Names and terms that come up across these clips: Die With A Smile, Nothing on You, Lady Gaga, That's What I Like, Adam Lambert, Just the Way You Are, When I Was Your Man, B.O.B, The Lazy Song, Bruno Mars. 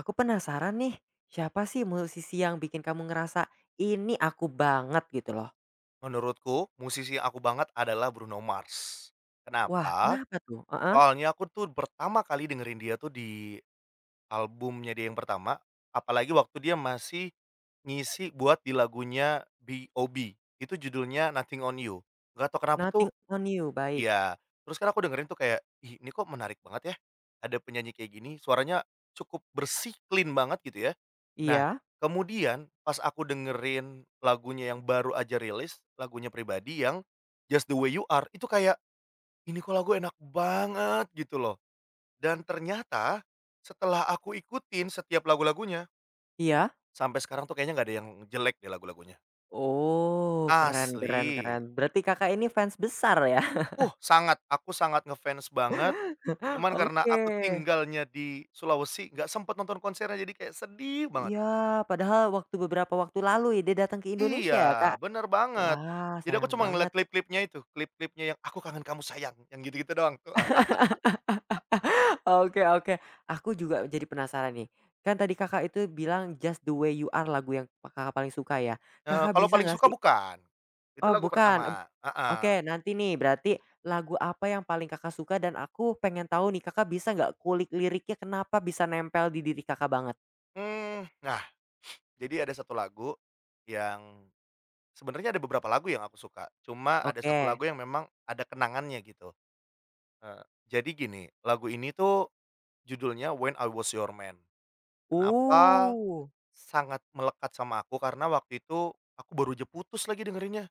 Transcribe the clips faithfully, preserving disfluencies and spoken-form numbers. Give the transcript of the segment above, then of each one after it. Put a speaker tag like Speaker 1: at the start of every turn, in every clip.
Speaker 1: Aku penasaran nih, siapa sih musisi yang bikin kamu ngerasa, "Ini aku banget," gitu loh?
Speaker 2: Menurutku, musisi yang aku banget adalah Bruno Mars.
Speaker 1: Wah,
Speaker 2: Kenapa?
Speaker 1: kenapa tuh? Heeh.
Speaker 2: Soalnya aku tuh pertama kali dengerin dia tuh di albumnya dia yang pertama, apalagi waktu dia masih ngisi buat di lagunya B O.B, itu judulnya Nothing on You. Gak tau kenapa tuh.
Speaker 1: "Nothing on You" baik.
Speaker 2: Iya, terus kan aku dengerin tuh kayak, "Ih, ini kok menarik banget ya, ada penyanyi kayak gini, suaranya cukup bersih, clean banget," gitu ya. Nah,
Speaker 1: Iya
Speaker 2: kemudian pas aku dengerin lagunya yang baru aja rilis, lagunya Pribadi yang Just the Way You Are, itu kayak, "Ini kok lagu enak banget," gitu loh. Dan ternyata setelah aku ikutin setiap lagu-lagunya,
Speaker 1: iya.
Speaker 2: sampai sekarang tuh kayaknya nggak ada yang jelek deh lagu-lagunya.
Speaker 1: Oh, keren keren keren.
Speaker 2: Asli.
Speaker 1: Berarti Kakak ini fans besar ya?
Speaker 2: Uh, sangat, aku sangat ngefans banget. Cuman karena aku
Speaker 1: Oke.
Speaker 2: tinggalnya di Sulawesi, nggak sempet nonton konsernya, jadi kayak sedih banget.
Speaker 1: Iya, padahal waktu beberapa waktu lalu ya dia datang ke
Speaker 2: Iya,
Speaker 1: Indonesia ya, Kak?
Speaker 2: bener banget.
Speaker 1: Wah,
Speaker 2: Jadi aku
Speaker 1: sayang
Speaker 2: cuma ngeliat
Speaker 1: banget.
Speaker 2: klip-klipnya itu, klip-klipnya yang "Aku Kangen Kamu Sayang" yang gitu-gitu doang. Heeh.
Speaker 1: Oke oke. Aku juga jadi penasaran nih, kan tadi Kakak itu bilang "Just the Way You Are" lagu yang Kakak paling suka ya.
Speaker 2: Eee,
Speaker 1: Kakak
Speaker 2: kalau
Speaker 1: bisa
Speaker 2: paling
Speaker 1: nggak
Speaker 2: suka
Speaker 1: sih
Speaker 2: bukan. Itu
Speaker 1: oh
Speaker 2: lagu
Speaker 1: bukan, eb
Speaker 2: pertama,
Speaker 1: oke
Speaker 2: heeh.
Speaker 1: nanti nih berarti lagu apa yang paling Kakak suka dan aku pengen tahu nih Kakak bisa nggak kulik liriknya kenapa bisa nempel di diri Kakak banget?
Speaker 2: Mmm, nah, jadi ada satu lagu yang sebenarnya ada beberapa lagu yang aku suka, cuma ada satu
Speaker 1: Oke.
Speaker 2: lagu yang memang ada kenangannya gitu. Eee, jadi gini, lagu ini tuh judulnya "When I Was Your Man". Kenapa
Speaker 1: Uh,
Speaker 2: sangat melekat sama aku karena waktu itu aku baru aja putus lagi dengerinnya.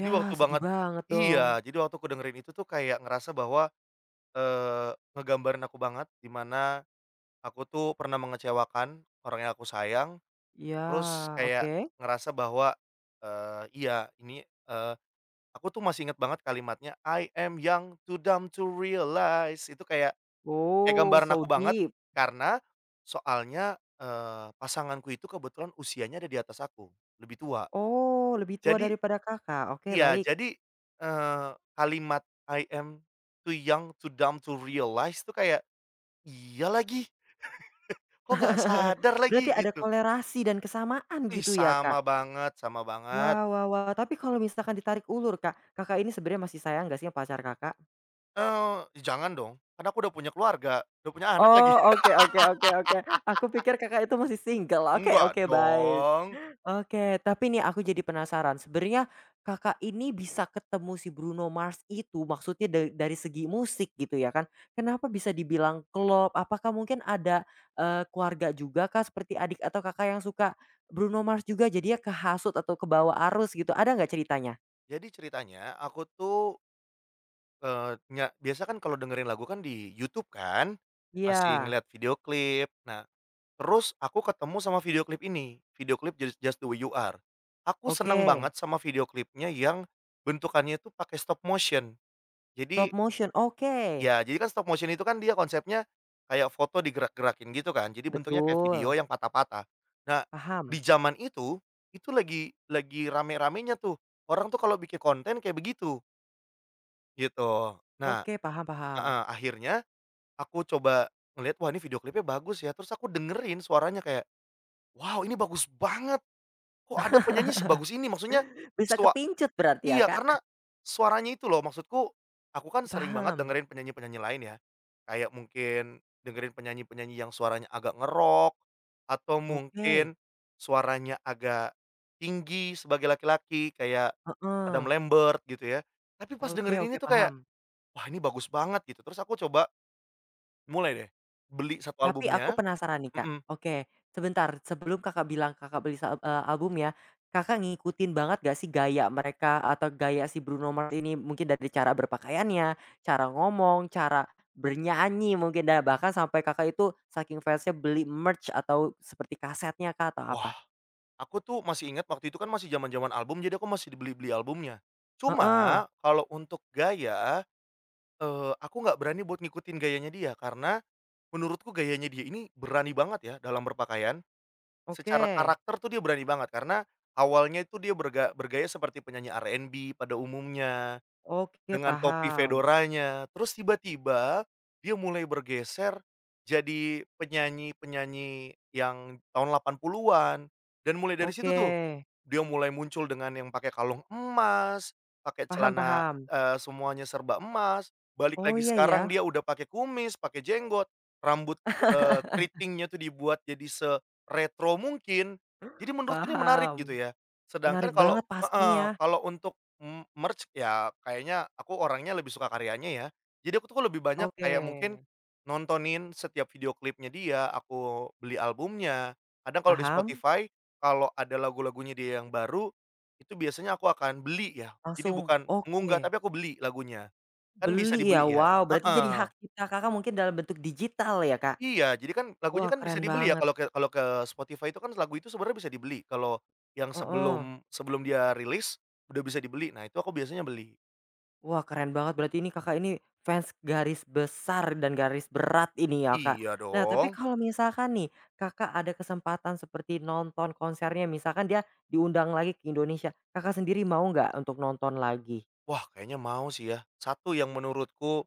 Speaker 2: Jadi
Speaker 1: ya,
Speaker 2: waktu
Speaker 1: sedih
Speaker 2: banget
Speaker 1: banget dong.
Speaker 2: Iya, jadi waktu aku dengerin itu tuh kayak ngerasa bahwa, eee, ngegambarin aku banget dimana aku tuh pernah mengecewakan orang yang aku sayang,
Speaker 1: Ya,
Speaker 2: terus kayak
Speaker 1: oke.
Speaker 2: ngerasa bahwa, eee, iya ini, eee, aku tuh masih inget banget kalimatnya, "I am young, too dumb to realize." Itu kayak kayak
Speaker 1: Oh
Speaker 2: gambaran
Speaker 1: so
Speaker 2: aku banget,
Speaker 1: deep.
Speaker 2: karena soalnya, eee, pasanganku itu kebetulan usianya ada di atas aku, lebih tua.
Speaker 1: Oh lebih tua
Speaker 2: Jadi
Speaker 1: daripada Kakak, oke
Speaker 2: iya,
Speaker 1: baik.
Speaker 2: jadi, eee, kalimat "I am too young, too dumb to realize" tuh kayak, "Iya lagi, kok nggak sadar lagi?"
Speaker 1: Berarti ada
Speaker 2: Gitu.
Speaker 1: kolerasi dan kesamaan
Speaker 2: Ih,
Speaker 1: gitu ya,
Speaker 2: sama
Speaker 1: Kak?
Speaker 2: banget, sama banget.
Speaker 1: Wah wah wah, tapi kalau misalkan ditarik ulur, Kak, Kakak ini sebenarnya masih sayang gak sih sama pacar Kakak?
Speaker 2: Eee, jangan dong, karena aku udah punya keluarga, udah punya anak lagi.
Speaker 1: Oh, oke oke oke oke. Aku pikir Kakak itu masih single. Oke
Speaker 2: Enggak
Speaker 1: oke, baik.
Speaker 2: dong.
Speaker 1: Oke, tapi nih aku jadi penasaran, sebenarnya Kakak ini bisa ketemu si Bruno Mars itu maksudnya da dari segi musik gitu ya kan, kenapa bisa dibilang klop? Apakah mungkin ada, eee, keluarga juga kah seperti adik atau Kakak yang suka Bruno Mars juga jadinya kehasut atau kebawa arus gitu, ada nggak ceritanya?
Speaker 2: Jadi ceritanya, aku tuh Eee, nya biasa kan kalau dengerin lagu kan di YouTube kan, masih
Speaker 1: Iya,
Speaker 2: ngelihat video klip. Nah, terus aku ketemu sama video klip ini, video klip Just Just the Way You Are. Aku
Speaker 1: oke.
Speaker 2: seneng banget sama video klipnya yang bentukannya itu pakai stop motion. Jadi
Speaker 1: Stop motion, oke.
Speaker 2: ya, jadi kan stop motion itu kan dia konsepnya kayak foto digerak-gerakin gitu kan, jadi bentuknya kayak video
Speaker 1: Betul,
Speaker 2: yang patah-patah. Nah, di
Speaker 1: paham.
Speaker 2: zaman itu, itu lagi lagi rame-ramenya tuh, orang tuh kalau bikin konten kayak begitu, gitu. Nah,
Speaker 1: Oke, paham paham.
Speaker 2: heeh, akhirnya aku coba ngeliat wah ini video klipnya bagus ya, terus aku dengerin suaranya kayak, "Wow ini bagus banget, kok ada penyanyi sebagus ini?" Maksudnya
Speaker 1: Bisa
Speaker 2: sua
Speaker 1: kepincut berarti ya,
Speaker 2: iya karena
Speaker 1: Kak?
Speaker 2: suaranya itu loh maksudku, aku kan sering banget
Speaker 1: Paham,
Speaker 2: dengerin penyanyi-penyanyi lain ya, kayak mungkin dengerin penyanyi-penyanyi yang suaranya agak ngerok atau
Speaker 1: oke,
Speaker 2: mungkin suaranya agak tinggi sebagai laki-laki kayak Adam
Speaker 1: heeh,
Speaker 2: Lambert gitu ya, tapi pas
Speaker 1: oke
Speaker 2: dengerin ini
Speaker 1: oke
Speaker 2: tuh kayak,
Speaker 1: paham.
Speaker 2: "Wah ini bagus banget," gitu, terus aku coba mulai deh, beli satu
Speaker 1: Tapi aku
Speaker 2: albumnya.
Speaker 1: penasaran nih, Kak.
Speaker 2: Mhm.
Speaker 1: Oke, sebentar sebelum Kakak bilang Kakak beli sa eee, album ya, Kakak ngikutin banget gak sih gaya mereka atau gaya si Bruno Mars ini? Mungkin dari cara berpakaiannya, cara ngomong, cara bernyanyi mungkin dan bahkan sampai Kakak itu saking fansnya beli merch atau seperti kasetnya kah atau
Speaker 2: Wah,
Speaker 1: apa?
Speaker 2: aku tuh masih ingat waktu itu kan masih zaman-zaman album, jadi aku masih dibeli beli albumnya.
Speaker 1: Heeh,
Speaker 2: Cuma kalau untuk gaya, eee, aku nggak berani buat ngikutin gayanya dia, karena menurutku gayanya dia ini berani banget ya dalam berpakaian.
Speaker 1: oke,
Speaker 2: Secara karakter tuh dia berani banget, karena awalnya itu dia berga bergaya seperti penyanyi R and B pada umumnya,
Speaker 1: oke
Speaker 2: dengan topi
Speaker 1: paham,
Speaker 2: fedoranya. Terus tiba-tiba dia mulai bergeser jadi penyanyi-penyanyi yang tahun delapan puluhan-an, dan mulai dari situ
Speaker 1: oke.
Speaker 2: tuh dia mulai muncul dengan yang pakai kalung emas, pakai
Speaker 1: Paham
Speaker 2: celana,
Speaker 1: paham.
Speaker 2: eee, semuanya serba emas, balik
Speaker 1: Oh,
Speaker 2: lagi
Speaker 1: iya
Speaker 2: sekarang
Speaker 1: ya,
Speaker 2: dia udah pakai kumis, pakai jenggot, rambut, eee, keritingnya tuh dibuat jadi seretro mungkin. Jadi menurutku ini menarik gitu
Speaker 1: paham.
Speaker 2: ya. Sedangkan
Speaker 1: Menarik
Speaker 2: kalau
Speaker 1: banget
Speaker 2: heeh,
Speaker 1: pastinya.
Speaker 2: kalau untuk m merch ya kayaknya aku orangnya lebih suka karyanya ya. Jadi aku tuh lebih banyak
Speaker 1: Oke,
Speaker 2: kayak mungkin nontonin setiap video klipnya dia, aku beli albumnya. Kadang kalau di
Speaker 1: paham,
Speaker 2: Spotify kalau ada lagu-lagunya dia yang baru, itu biasanya aku akan beli ya. Jadi
Speaker 1: langsung
Speaker 2: bukan
Speaker 1: oke,
Speaker 2: mengunggah, tapi aku beli lagunya. Kan bisa
Speaker 1: beli ya?
Speaker 2: dibeli ya,
Speaker 1: Wow, berarti jadi
Speaker 2: heeh.
Speaker 1: hak kita Kakak mungkin dalam bentuk digital ya, Kak?
Speaker 2: Iya, jadi kan lagunya
Speaker 1: Wah,
Speaker 2: kan bisa
Speaker 1: keren
Speaker 2: dibeli ya
Speaker 1: banget,
Speaker 2: kalau ke kalau ke Spotify itu kan lagu itu sebenarnya bisa dibeli. Kalau yang
Speaker 1: heeh.
Speaker 2: sebelum sebelum dia rilis, udah bisa dibeli. Nah, itu aku biasanya beli.
Speaker 1: Wah, keren banget berarti ini Kakak ini fans garis besar dan garis berat ini ya, Kak.
Speaker 2: Iya
Speaker 1: Nah, tapi
Speaker 2: dong.
Speaker 1: kalau misalkan nih, Kakak ada kesempatan seperti nonton konsernya, misalkan dia diundang lagi ke Indonesia, Kakak sendiri mau nggak untuk nonton lagi?
Speaker 2: Wah, kayaknya mau sih ya. Satu yang menurutku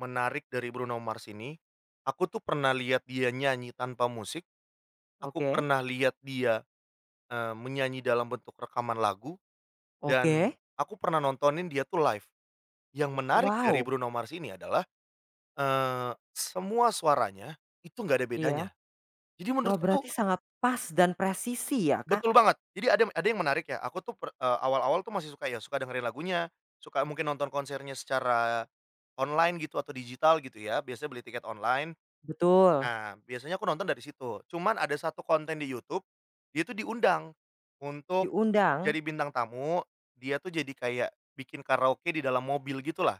Speaker 2: menarik dari Bruno Mars ini, aku tuh pernah lihat dia nyanyi tanpa musik, aku
Speaker 1: Oke.
Speaker 2: pernah lihat dia Eee, menyanyi dalam bentuk rekaman lagu dan
Speaker 1: Oke,
Speaker 2: aku pernah nontonin dia tuh live. Yang menarik dari
Speaker 1: wow.
Speaker 2: Bruno Mars ini adalah, eee, semua suaranya itu nggak ada bedanya.
Speaker 1: Iya.
Speaker 2: Jadi
Speaker 1: Wah
Speaker 2: menurutku tuh
Speaker 1: berarti sangat pas dan presisi ya, Kak?
Speaker 2: betul banget. Jadi ada ada yang menarik ya, aku tuh per eee, awal-awal tuh masih suka ya, suka dengerin lagunya, suka mungkin nonton konsernya secara online gitu atau digital gitu ya, biasanya beli tiket online.
Speaker 1: Betul.
Speaker 2: Nah, biasanya aku nonton dari situ. Cuman ada satu konten di YouTube, dia tuh diundang untuk
Speaker 1: Diundang?
Speaker 2: jadi bintang tamu, dia tuh jadi kayak bikin karaoke di dalam mobil gitulah.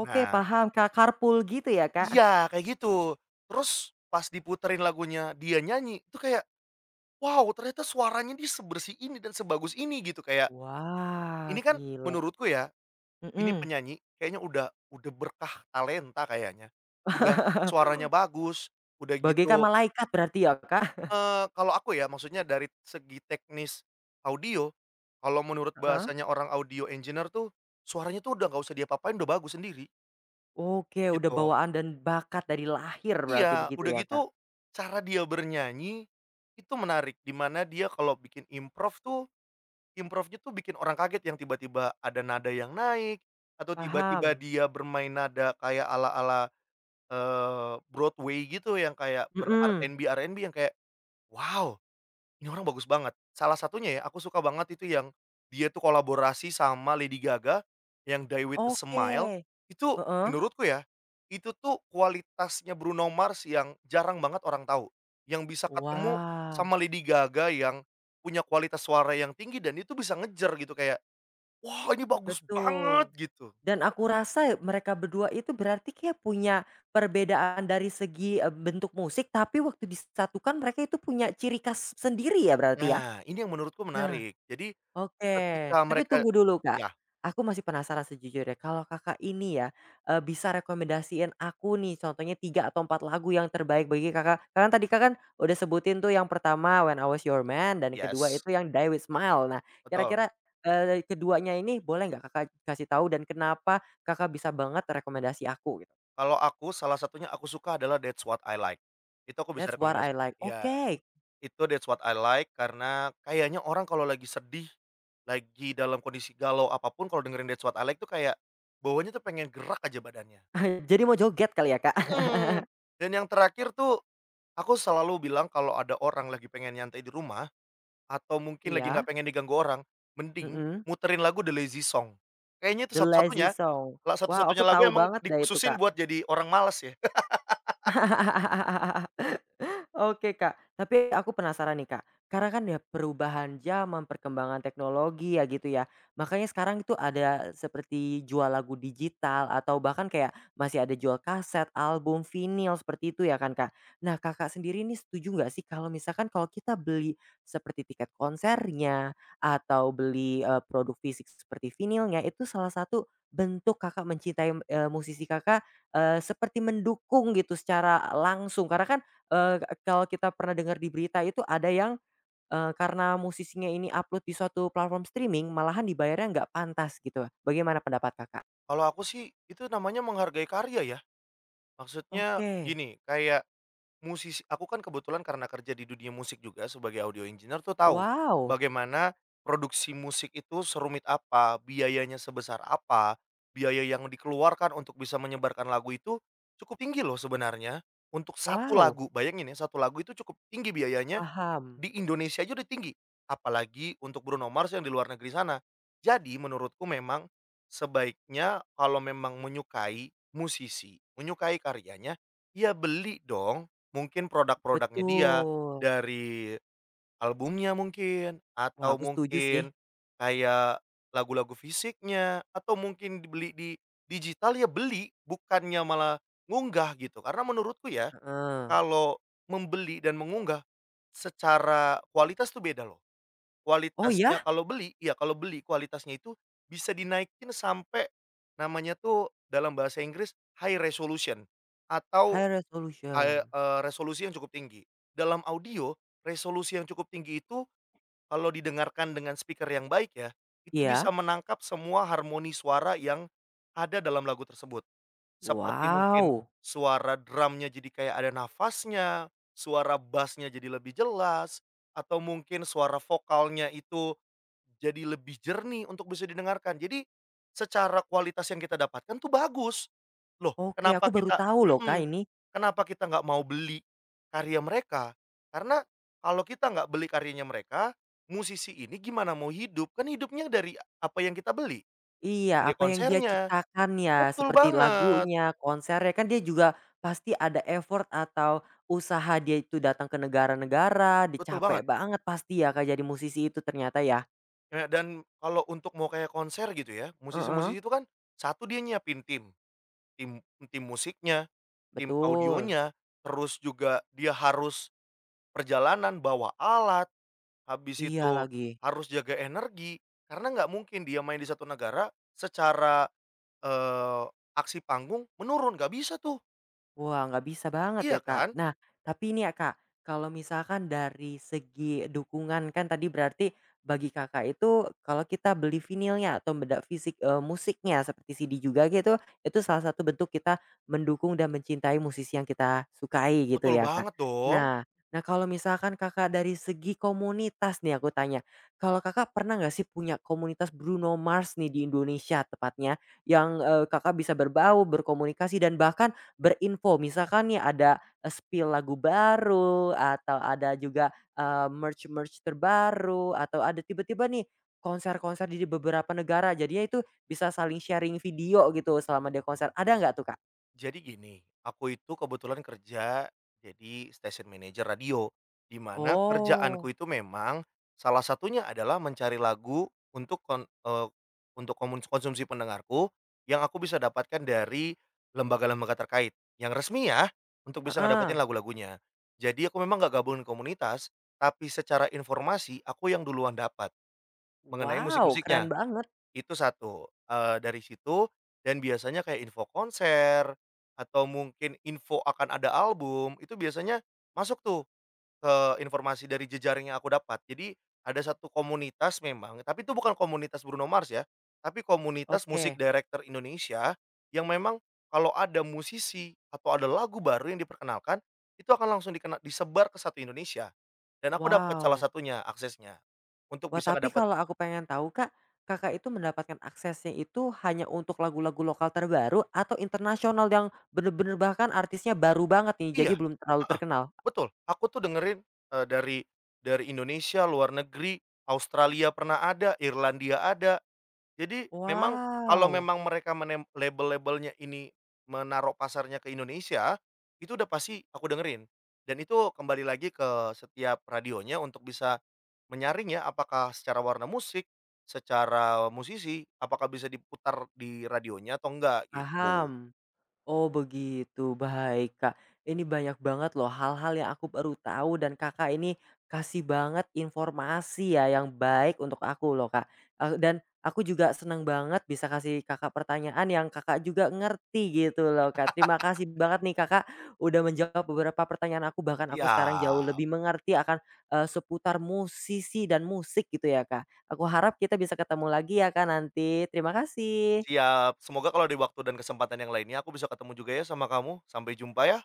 Speaker 1: Oke paham, Kak, carpool gitu ya, Kak?
Speaker 2: iya kayak gitu. Terus pas diputerin lagunya dia nyanyi, itu kayak, wow ternyata suaranya dia sebersih ini dan sebagus ini gitu, kayak
Speaker 1: Wah,
Speaker 2: ini kan
Speaker 1: gila.
Speaker 2: menurutku ya, ini
Speaker 1: Mhm.
Speaker 2: penyanyi kayaknya udah udah berkah talenta kayaknya. Udah suaranya bagus, udah
Speaker 1: Bagaikan
Speaker 2: gitu
Speaker 1: malaikat berarti ya, Kak?
Speaker 2: Eee, kalau aku ya, maksudnya dari segi teknis audio, kalau menurut
Speaker 1: Heeh,
Speaker 2: bahasanya orang audio engineer tuh, suaranya tuh udah nggak usah dia apa-apain, udah bagus sendiri,
Speaker 1: oke udah
Speaker 2: gitu.
Speaker 1: bawaan dan bakat dari lahir berarti
Speaker 2: Iya,
Speaker 1: begitu
Speaker 2: udah
Speaker 1: ya,
Speaker 2: gitu
Speaker 1: Kak?
Speaker 2: cara dia bernyanyi itu menarik, dimana dia kalau bikin improv tuh, improvnya tuh bikin orang kaget yang tiba-tiba ada nada yang naik, atau tiba-tiba
Speaker 1: Paham.
Speaker 2: dia bermain nada kayak ala-ala, eee, Broadway gitu yang kayak ber rb
Speaker 1: Mhm,
Speaker 2: B R and B yang kayak, "Wow, ini orang bagus banget." Salah satunya ya, aku suka banget itu yang dia tuh kolaborasi sama Lady Gaga, yang Die With A
Speaker 1: oke,
Speaker 2: Smile, itu
Speaker 1: heeh.
Speaker 2: menurutku ya, itu tuh kualitasnya Bruno Mars yang jarang banget orang tahu. Yang bisa ketemu
Speaker 1: Wow.
Speaker 2: sama Lady Gaga yang punya kualitas suara yang tinggi dan itu bisa ngejar gitu kayak, "Wah, ini bagus banget!"
Speaker 1: Betul.
Speaker 2: gitu.
Speaker 1: Dan aku rasa mereka berdua itu berarti kayak punya perbedaan dari segi, eee, bentuk musik, tapi waktu disatukan mereka itu punya ciri khas sendiri ya berarti ya?
Speaker 2: Nah, ini yang menurutku
Speaker 1: Nah,
Speaker 2: menarik. Jadi
Speaker 1: oke,
Speaker 2: ketika
Speaker 1: tapi
Speaker 2: mereka
Speaker 1: tunggu dulu, Kak.
Speaker 2: ya,
Speaker 1: Aku masih penasaran sejujurnya, kalau Kakak ini ya, eee, bisa rekomendasiin aku nih contohnya tiga atau empat lagu yang terbaik bagi Kakak karena tadi Kakak kan udah sebutin tuh yang pertama When I Was Your Man dan yang kedua
Speaker 2: yes,
Speaker 1: itu yang Die With Smile. Nah,
Speaker 2: betul.
Speaker 1: kira-kira, eee, keduanya ini boleh nggak Kakak kasih tahu dan kenapa Kakak bisa banget rekomendasi aku gitu?
Speaker 2: Kalau aku salah satunya aku suka adalah That's What I Like. Itu aku bisa
Speaker 1: That's What I
Speaker 2: rekomendasikan.
Speaker 1: Like.
Speaker 2: Iya,
Speaker 1: Oke,
Speaker 2: itu That's What I Like karena kayaknya orang kalau lagi sedih, lagi dalam kondisi galau apapun, kalau dengerin That's What I Like tuh kayak bawahnya tuh pengen gerak aja badannya.
Speaker 1: jadi mau joget kali ya, Kak?
Speaker 2: Mhm. Dan yang terakhir tuh aku selalu bilang kalau ada orang lagi pengen nyantai di rumah atau mungkin lagi nggak
Speaker 1: Iya,
Speaker 2: pengen diganggu orang, mending
Speaker 1: mhm.
Speaker 2: muterin lagu The Lazy Song. Kayaknya itu
Speaker 1: The Lazy
Speaker 2: satu-satunya
Speaker 1: Song.
Speaker 2: la
Speaker 1: Wow,
Speaker 2: satu-satunya
Speaker 1: aku
Speaker 2: lagu
Speaker 1: tahu
Speaker 2: emang
Speaker 1: banget dah itu,
Speaker 2: dikhususin
Speaker 1: Kak.
Speaker 2: buat jadi orang malas ya.
Speaker 1: Heeh heeh heeh heeh heeh. Oke Kak, tapi aku penasaran nih Kak, karena kan ya perubahan zaman, perkembangan teknologi ya gitu ya, makanya sekarang itu ada seperti jual lagu digital atau bahkan kayak masih ada jual kaset, album, vinyl seperti itu ya kan Kak. Nah Kakak sendiri ini setuju nggak sih kalau misalkan kalau kita beli seperti tiket konsernya atau beli, eee, produk fisik seperti vinilnya itu salah satu bentuk Kakak mencintai, eee, musisi Kakak, eee, seperti mendukung gitu secara langsung karena kan Eee, kalau kita pernah dengar di berita itu ada yang, eee, karena musisinya ini upload di suatu platform streaming malahan dibayarnya nggak pantas gitu. Bagaimana pendapat Kakak?
Speaker 2: Kalau aku sih, itu namanya menghargai karya ya. Maksudnya
Speaker 1: Oke.
Speaker 2: gini, kayak musisi aku kan kebetulan karena kerja di dunia musik juga sebagai audio engineer tuh tahu,
Speaker 1: Wow
Speaker 2: bagaimana produksi musik itu serumit apa, biayanya sebesar apa, biaya yang dikeluarkan untuk bisa menyebarkan lagu itu cukup tinggi loh sebenarnya, untuk satu
Speaker 1: wow,
Speaker 2: lagu. Bayangin ya, satu lagu itu cukup tinggi biayanya,
Speaker 1: paham.
Speaker 2: di Indonesia aja udah tinggi, apalagi untuk Bruno Mars yang di luar negeri sana. Jadi menurutku memang sebaiknya kalau memang menyukai musisi, menyukai karyanya, ya beli dong mungkin produk-produknya dia,
Speaker 1: Betul.
Speaker 2: dari albumnya mungkin,
Speaker 1: Wah
Speaker 2: atau
Speaker 1: aku setuju sih.
Speaker 2: mungkin kayak lagu-lagu fisiknya, atau mungkin dibeli di digital ya beli, bukannya malah ngunggah gitu. Karena menurutku ya
Speaker 1: Heeh.
Speaker 2: kalau membeli dan mengunggah, secara kualitas tuh beda loh.
Speaker 1: Oh
Speaker 2: Kualitasnya
Speaker 1: ya?
Speaker 2: kalau beli ya, kalau beli kualitasnya itu bisa dinaikin sampai namanya tuh dalam bahasa Inggris high resolution atau,
Speaker 1: High
Speaker 2: eee
Speaker 1: resolution.
Speaker 2: eee, resolusi yang cukup tinggi. Dalam audio, resolusi yang cukup tinggi itu kalau didengarkan dengan speaker yang baik ya, itu bisa
Speaker 1: Iya?
Speaker 2: menangkap semua harmoni suara yang ada dalam lagu tersebut. Seperti mungkin
Speaker 1: Wow.
Speaker 2: suara drumnya jadi kayak ada nafasnya, suara bassnya jadi lebih jelas, atau mungkin suara vokalnya itu jadi lebih jernih untuk bisa didengarkan. Jadi secara kualitas yang kita dapatkan tuh bagus. Loh,
Speaker 1: Oke
Speaker 2: kenapa
Speaker 1: aku baru
Speaker 2: kita
Speaker 1: tahu loh Kak
Speaker 2: mhm,
Speaker 1: ini.
Speaker 2: kenapa kita nggak mau beli karya mereka? Karena kalau kita nggak beli karyanya mereka, musisi ini gimana mau hidup? Kan hidupnya dari apa yang kita beli,
Speaker 1: Iya,
Speaker 2: dari
Speaker 1: apa yang dia
Speaker 2: konsernya.
Speaker 1: ciptakan ya,
Speaker 2: Betul
Speaker 1: seperti
Speaker 2: banget,
Speaker 1: lagunya, konsernya, kan dia juga pasti ada effort atau usaha dia itu datang ke negara-negara, dia
Speaker 2: betul banget.
Speaker 1: capek banget pasti ya Kak, jadi musisi itu ternyata ya?
Speaker 2: Ya dan kalau untuk mau kayak konser gitu ya,
Speaker 1: Heeh,
Speaker 2: musisi-musisi itu kan satu dia nyiapin tim, tim tim musiknya, tim
Speaker 1: betul.
Speaker 2: audionya, terus juga dia harus perjalanan bawa alat, habis
Speaker 1: Iya
Speaker 2: itu
Speaker 1: lagi.
Speaker 2: harus jaga energi karena nggak mungkin dia main di satu negara secara, eee, aksi panggung menurun, nggak bisa tuh,
Speaker 1: Wah, nggak bisa banget
Speaker 2: iya
Speaker 1: ya, Kak.
Speaker 2: kan?
Speaker 1: Nah, tapi ini ya, Kak, kalau misalkan dari segi dukungan kan tadi berarti bagi Kakak itu kalau kita beli vinilnya atau benda fisik, eee, musiknya seperti C D juga gitu, itu salah satu bentuk kita mendukung dan mencintai musisi yang kita sukai gitu
Speaker 2: Betul
Speaker 1: ya, Kak.
Speaker 2: banget dong.
Speaker 1: Nah, nah kalau misalkan Kakak dari segi komunitas nih aku tanya, kalau Kakak pernah nggak sih punya komunitas Bruno Mars nih di Indonesia tepatnya yang, eee, Kakak bisa berbau berkomunikasi dan bahkan berinfo misalkan nih ada, eee, spill lagu baru atau ada juga, eee, merch-merch terbaru atau ada tiba-tiba nih konser-konser di beberapa negara jadinya itu bisa saling sharing video gitu selama dia konser, ada nggak tuh, Kak?
Speaker 2: Jadi gini, aku itu kebetulan kerja jadi station manager radio, di mana kerjaanku
Speaker 1: Oh,
Speaker 2: itu memang salah satunya adalah mencari lagu untuk kon eee, untuk komun konsumsi pendengarku yang aku bisa dapatkan dari lembaga-lembaga terkait, yang resmi ya, untuk bisa ngedapetin
Speaker 1: heeh.
Speaker 2: lagu-lagunya. Jadi aku memang nggak gabungin komunitas, tapi secara informasi aku yang duluan dapat mengenai
Speaker 1: Wow, keren
Speaker 2: musik-musiknya.
Speaker 1: banget.
Speaker 2: Itu satu, eee, dari situ dan biasanya kayak info konser atau mungkin info akan ada album, itu biasanya masuk tuh ke informasi dari jejaring yang aku dapat. Jadi ada satu komunitas memang, tapi itu bukan komunitas Bruno Mars ya, tapi komunitas musik
Speaker 1: Oke,
Speaker 2: director Indonesia yang memang kalau ada musisi atau ada lagu baru yang diperkenalkan, itu akan langsung dikena disebar ke satu Indonesia dan aku dapat salah
Speaker 1: wow.
Speaker 2: satunya aksesnya untuk
Speaker 1: Wah,
Speaker 2: bisa
Speaker 1: tapi
Speaker 2: ngedapat
Speaker 1: kalau aku pengen tahu Kak, Kakak itu mendapatkan aksesnya itu hanya untuk lagu-lagu lokal terbaru atau internasional yang bener-bener bahkan artisnya baru banget nih, jadi
Speaker 2: iya,
Speaker 1: belum terlalu terkenal?
Speaker 2: betul, aku tuh dengerin, eee, dari dari Indonesia, luar negeri, Australia pernah ada, Irlandia ada. Jadi memang kalau
Speaker 1: Wow,
Speaker 2: memang mereka menem label-labelnya ini menaruh pasarnya ke Indonesia, itu udah pasti aku dengerin. Dan itu kembali lagi ke setiap radionya untuk bisa menyaring ya, apakah secara warna musik, secara musisi, apakah bisa diputar di radionya atau enggak gitu.
Speaker 1: paham. Oh begitu, baik Kak. Ini banyak banget loh hal-hal yang aku baru tahu dan Kakak ini kasih banget informasi ya yang baik untuk aku loh Kak. Eh, dan aku juga seneng banget bisa kasih Kakak pertanyaan yang Kakak juga ngerti gitu loh Kak. Terima kasih banget nih Kakak udah menjawab beberapa pertanyaan aku bahkan aku
Speaker 2: Iya.
Speaker 1: sekarang jauh lebih mengerti akan eh, seputar musisi dan musik gitu ya Kak. Aku harap kita bisa ketemu lagi ya Kak nanti. Terima kasih.
Speaker 2: Siap, semoga kalau di waktu dan kesempatan yang lainnya aku bisa ketemu juga ya sama kamu. Sampai jumpa ya.